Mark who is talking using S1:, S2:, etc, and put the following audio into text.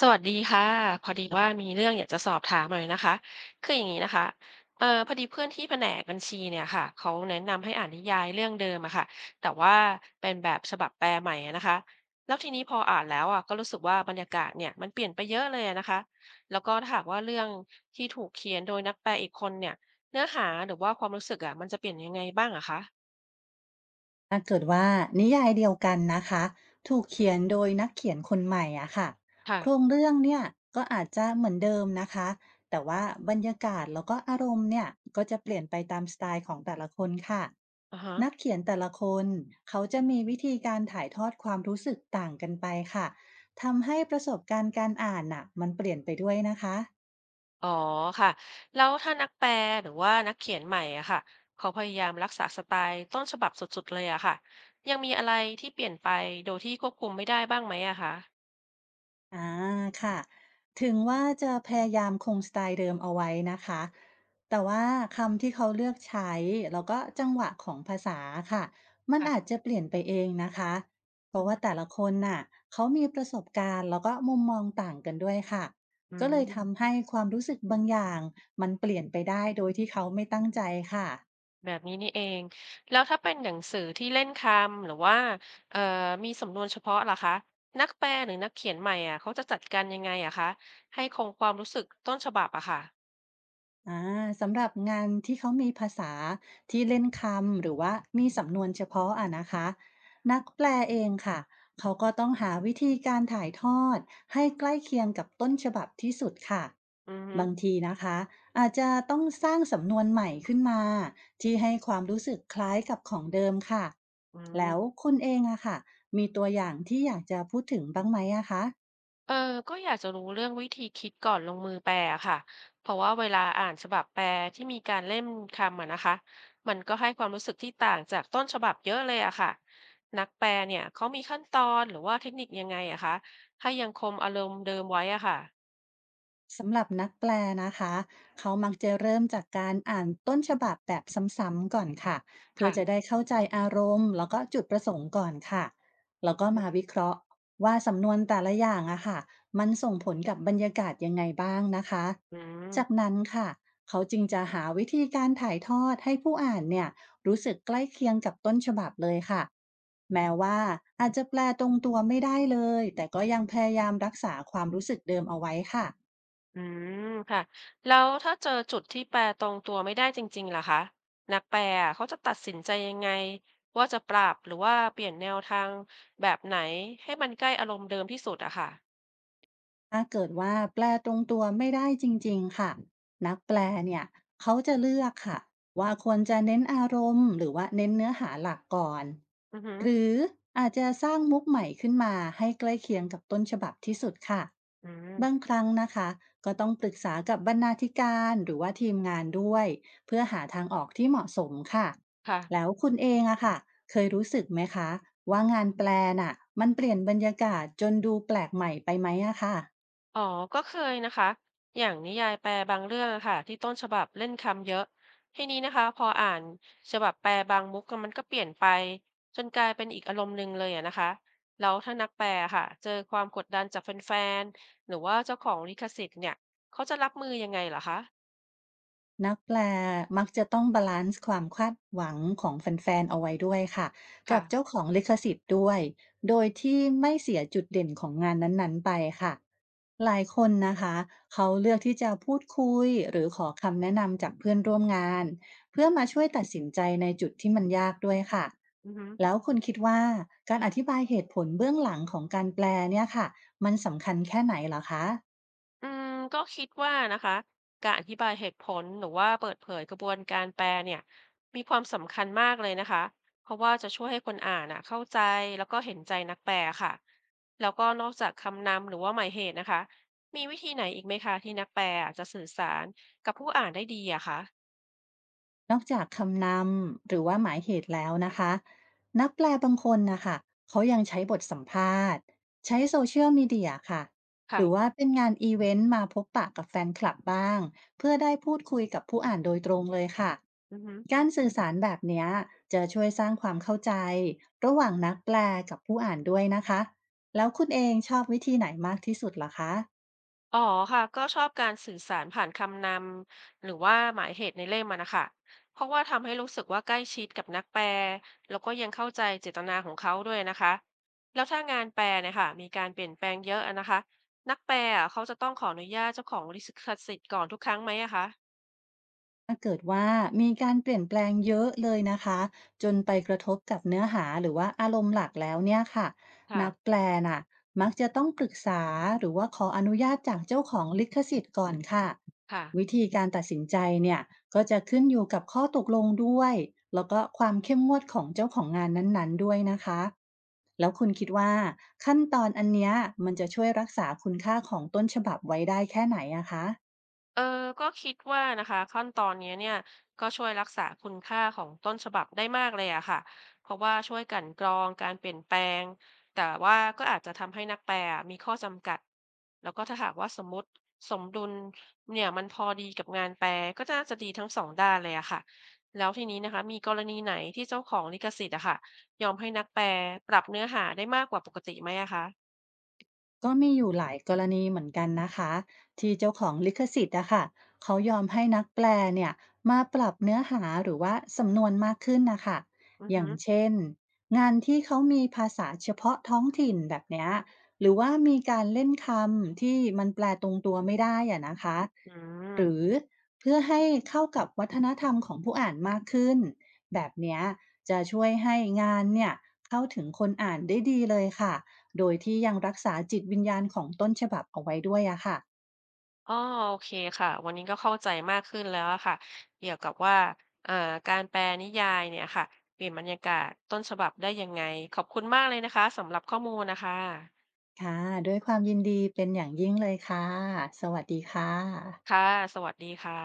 S1: สวัสดีค่ะพอดีว่ามีเรื่องอยากจะสอบถามหน่อยนะคะคืออย่างนี้นะคะพอดีเพื่อนที่แผนกบัญชีเนี่ยค่ะเขาแนะนำให้อ่านนิยายเรื่องเดิมอะค่ะแต่ว่าเป็นแบบฉบับแปลใหม่อะนะคะแล้วทีนี้พออ่านแล้วอะก็รู้สึกว่าบรรยากาศเนี่ยมันเปลี่ยนไปเยอะเลยอะนะคะแล้วก็ถ้าหากว่าเรื่องที่ถูกเขียนโดยนักแปลอีกคนเนี่ยเนื้อหาหรือว่าความรู้สึกอะมันจะเปลี่ยนยังไงบ้างอะคะ
S2: ถ้าเกิดว่านิยายเดียวกันนะคะถูกเขียนโดยนักเขียนคนใหม่อะค่ะ
S1: ค่ะ
S2: โครงเรื่องเนี่ยก็อาจจะเหมือนเดิมนะคะแต่ว่าบรรยากาศแล้วก็อารมณ์เนี่ยก็จะเปลี่ยนไปตามสไตล์ของแต่ละคนค่ะ
S1: อ่าฮะ
S2: นักเขียนแต่ละคนเขาจะมีวิธีการถ่ายทอดความรู้สึกต่างกันไปค่ะทำให้ประสบการณ์การอ่านน่ะมันเปลี่ยนไปด้วยนะคะ
S1: อ๋อค่ะแล้วถ้านักแปลหรือว่านักเขียนใหม่อะค่ะเขาพยายามรักษาสไตล์ต้นฉบับสุดๆเลยอะค่ะยังมีอะไรที่เปลี่ยนไปโดยที่ควบคุมไม่ได้บ้างไหมอะคะ
S2: อาค่ะถึงว่าจะพยายามคงสไตล์เดิมเอาไว้นะคะแต่ว่าคำที่เขาเลือกใช้แล้วก็จังหวะของภาษาค่ะมันอา
S1: ค่ะ
S2: จจะเปลี่ยนไปเองนะคะเพ
S1: อื
S2: ราะ
S1: อ
S2: ว่า
S1: ฮึ
S2: แต่ละคนน่ะเขามีประสบการณ์แล้วก็มุมมองต่างกันด้วยค่ะ
S1: อื
S2: ก็เลยทำ
S1: ม
S2: ให้ความรู้สึกบางอย่างมันเปลี่ยนไปได้โดยที่เขาไม่ตั้งใจค่ะ
S1: แบบนี้นี่เองแล้วถ้าเป็นหนังสือที่เล่นคำหรือว่าเอ่อมีสำนวนเฉพาะล่ะคะนักแปลหรือนักเขียนใหม่อะเขาจะจัดการยังไงอะคะให้คงความรู้สึกต้นฉบับอะค่ะ
S2: อาสำหรับงานที่เขามีภาษาที่เล่นคำหรือว่ามีสำนวนเฉพาะอะนะคะนักแปลเองค่ะเขาก็ต้องหาวิธีการถ่ายทอดให้ใกล้เคียงกับต้นฉบับที่สุดค่ะ
S1: อือฮึ
S2: บางทีนะคะอาจจะต้องสร้างสำนวนใหม่ขึ้นมาที่ให้ความรู้สึกคล้ายกับของเดิมค่ะ
S1: อื
S2: แล้ว
S1: ม
S2: คุณเองอะค่ะมีตัวอย่างที่อยากจะพูดถึงบ้างไหมอะคะ
S1: เออก็อยากจะรู้เรื่องวิธีคิดก่อนลงมือแปลอะค่ะ เพราะว่าเวลาอ่านฉบับแปลที่มีการเล่มคำอะนะคะ มันก็ให้ความรู้สึกที่ต่างจากต้นฉบับเยอะเลยอะค่ะนักแปลเนี่ยเขามีขั้นตอนหรือว่าเทคนิคยังไงอะคะ ให้ยังคงอารมณ์เดิมไว้อะค่ะ
S2: สำหรับนักแปลนะคะเขามักจะเริ่มจากการอ่านต้นฉบับแบบซ้ำๆก่อนค่ะเพื่อจะ
S1: ค่ะ
S2: ได้เข้าใจอารมณ์แล้วก็จุดประสงค์ก่อนค่ะแล้ว
S1: อื
S2: ก็มา
S1: อ
S2: วิเคราะห์ว่าสำนวนแต่ละอย่างอะค่ะมันส่งผลกับบรรยากาศยังไงบ้างนะคะ
S1: อื
S2: จาก
S1: ม
S2: นั้นค่ะเขาจึงจะหาวิธีการถ่ายทอดให้ผู้อ่านเนี่ยรู้สึกใกล้เคียงกับต้นฉบับเลยค่ะแม้ว่าอาจจะแปลตรงตัวไม่ได้เลย แต่ก็ยังพยายามรักษาความรู้สึกเดิมเอาไว้ค่ะ
S1: อืมค่ะแล้วถ้าเจอจุดที่แปลตรงตัวไม่ได้จริงๆล่ะคะนักแปลอะเขาจะตัดสินใจยังไงว่าจะปรับหรือว่าเปลี่ยนแนวทางแบบไหนให้มันใกล้อารมณ์เดิมที่สุดอะค่ะ
S2: ถ้าเกิดว่าแปลตรงตัวไม่ได้จริงๆค่ะนักแปลเนี่ยเขาจะเลือกค่ะว่าควรจะเน้นอารมณ์หรือว่าเน้นเนื้อหาหลักก่อน
S1: อือหือ
S2: หรืออาจจะสร้างมุกใหม่ขึ้นมาให้ใกล้เคียงกับต้นฉบับที่สุดค่ะ
S1: อื
S2: บาง
S1: ม
S2: ครั้งนะคะก็ต้องปรึกษากับบรรณาธิการหรือว่าทีมงานด้วยเพื่อหาทางออกที่เหมาะสมค่ะ
S1: ค่ะ
S2: แล้วคุณเองอะค่ะเคยรู้สึกไหมคะว่างานแปลน่ะมันเปลี่ยนบรรยากาศจนดูแปลกใหม่ไปไหมอะค่ะ
S1: อ๋อ ก็เคยนะคะ อย่างนิยายแปลบางเรื่องอะค่ะที่ต้นฉบับเล่นคำเยอะทีนี้นะคะพออ่านฉบับแปลบางมุกอะมันก็เปลี่ยนไปจนกลายเป็นอีกอารมณ์หนึ่งเลยอะนะคะแล้วถ้านักแปลอะค่ะเจอความกดดันจากแฟนๆหรือว่าเจ้าของลิขสิทธิ์เนี่ยเขาจะรับมือยังไงเหรอคะ
S2: นักแปลมักจะต้องบาลันซ์ความคาดหวังของแฟนๆเอาไว้ด้วยค่ะกับ
S1: ค่ะ
S2: เจ้าของลิขสิทธิ์ด้วยโดยที่ไม่เสียจุดเด่นของงานนั้นๆไปค่ะหลายคนนะคะเขาเลือกที่จะพูดคุยหรือขอคำแนะนำจากเพื่อนร่วมงานเพื่อมาช่วยตัดสินใจในจุดที่มันยากด้วยค่ะ
S1: อือฮึ
S2: แล้วคุณคิดว่าการอธิบายเหตุผลเบื้องหลังของการแปลเนี่ยค่ะมันสำคัญแค่ไหนเหรอคะ
S1: อืมก็คิดว่านะคะการอธิบายเหตุผลหรือว่าเปิดเผยกระบวนการแปลเนี่ยมีความสำคัญมากเลยนะคะเพราะว่าจะช่วยให้คนอ่านอ่ะเข้าใจแล้วก็เห็นใจนักแปลค่ะแล้วก็นอกจากคำนำหรือว่าหมายเหตุนะคะมีวิธีไหนอีกไหมคะที่นักแปลอะจะสื่อสารกับผู้อ่านได้ดีอะคะ
S2: นอกจากคำนำหรือว่าหมายเหตุแล้วนะคะนักแปลบางคนนะคะเขายังใช้บทสัมภาษณ์ใช้โซเชียลมีเดียค่ะห
S1: ค่ะ
S2: รือว่าเป็นงานอีเวนต์มาพบปะกับแฟนคลับบ้างเพื่อได้พูดคุยกับผู้อ่านโดยตรงเลยค่ะ
S1: อือฮึ
S2: การสื่อสารแบบเนี้ยจะช่วยสร้างความเข้าใจระหว่างนักแปลกับผู้อ่านด้วยนะคะแล้วคุณเองชอบวิธีไหนมากที่สุดเหรอคะ
S1: อ๋อค่ะก็ชอบการสื่อสารผ่านคำนำหรือว่าหมายเหตุในเล่มอะนะคะเพราะว่าทำให้รู้สึกว่าใกล้ชิดกับนักแปลแล้วก็ยังเข้าใจเจตนาของเขาด้วยนะคะแล้วถ้างานแปลเนี่ยค่ะมีการเปลี่ยนแปลงเยอะอะนะคะนักแปลอะเขาจะต้องขออนุญาตเจ้าของลิขสิทธิ์ก่อนทุกครั้งไหมอะคะ
S2: ถ้าเกิดว่ามีการเปลี่ยนแปลงเยอะเลยนะคะจนไปกระทบกับเนื้อหาหรือว่าอารมณ์หลักแล้วเนี่ยค่ะ
S1: ค่ะ
S2: นักแปลน่ะมักจะต้องปรึกษาหรือว่าขออนุญาตจากเจ้าของลิขสิทธิ์ก่อนค่ะ
S1: ค่ะ
S2: วิธีการตัดสินใจเนี่ยก็จะขึ้นอยู่กับข้อตกลงด้วยแล้วก็ความเข้มงวดของเจ้าของงานนั้นๆด้วยนะคะแล้วคุณคิดว่าขั้นตอนอันเนี้ยมันจะช่วยรักษาคุณค่าของต้นฉบับไว้ได้แค่ไหนอะคะ
S1: เออก็คิดว่านะคะขั้นตอนเนี้ยเนี่ยก็ช่วยรักษาคุณค่าของต้นฉบับได้มากเลยอะค่ะเพราะว่าช่วยกลั่นกรองการเปลี่ยนแปลงแต่ว่าก็อาจจะทำให้นักแปลอะมีข้อจำกัดแล้วก็ถ้าหากว่าสมมติสมดุลเนี่ยมันพอดีกับงานแปลก็น่าจะดีทั้งสองด้านเลยอะค่ะแล้วทีนี้นะคะมีกรณีไหนที่เจ้าของลิขสิทธิ์อะค่ะยอมให้นักแปลปรับเนื้อหาได้มากกว่าปกติไหมอะคะ
S2: ก็มีอยู่หลายกรณีเหมือนกันนะคะที่เจ้าของลิขสิทธิ์อะค่ะเขายอมให้นักแปลเนี่ยมาปรับเนื้อหาหรือว่าสำนวนมากขึ้นนะคะ
S1: อือ
S2: อย่า
S1: ฮึ
S2: งเช่นงานที่เขามีภาษาเฉพาะท้องถิ่นแบบเนี้ยหรือว่ามีการเล่นคำที่มันแปลตรงตัวไม่ได้อะนะคะ
S1: อื
S2: หรื
S1: ม
S2: อเพื่อให้เข้ากับวัฒนธรรมของผู้อ่านมากขึ้นแบบเนี้ยจะช่วยให้งานเนี่ยเข้าถึงคนอ่านได้ดีเลยค่ะ โดยที่ยังรักษาจิตวิญญาณของต้นฉบับเอาไว้ด้วยอะค่ะ
S1: อ๋อโอเคค่ะ วันนี้ก็เข้าใจมากขึ้นแล้วอะค่ะเกี่ยวกับว่าการแปลนิยายเนี่ยค่ะ เปลี่ยนบรรยากาศต้นฉบับได้ยังไง ขอบคุณมากเลยนะคะสำหรับข้อมูลนะคะ
S2: ค่ะ ด้วยความยินดีเป็นอย่างยิ่งเลยค่ะ สวัสดีค่ะ
S1: ค่ะ สวัสดีค่ะ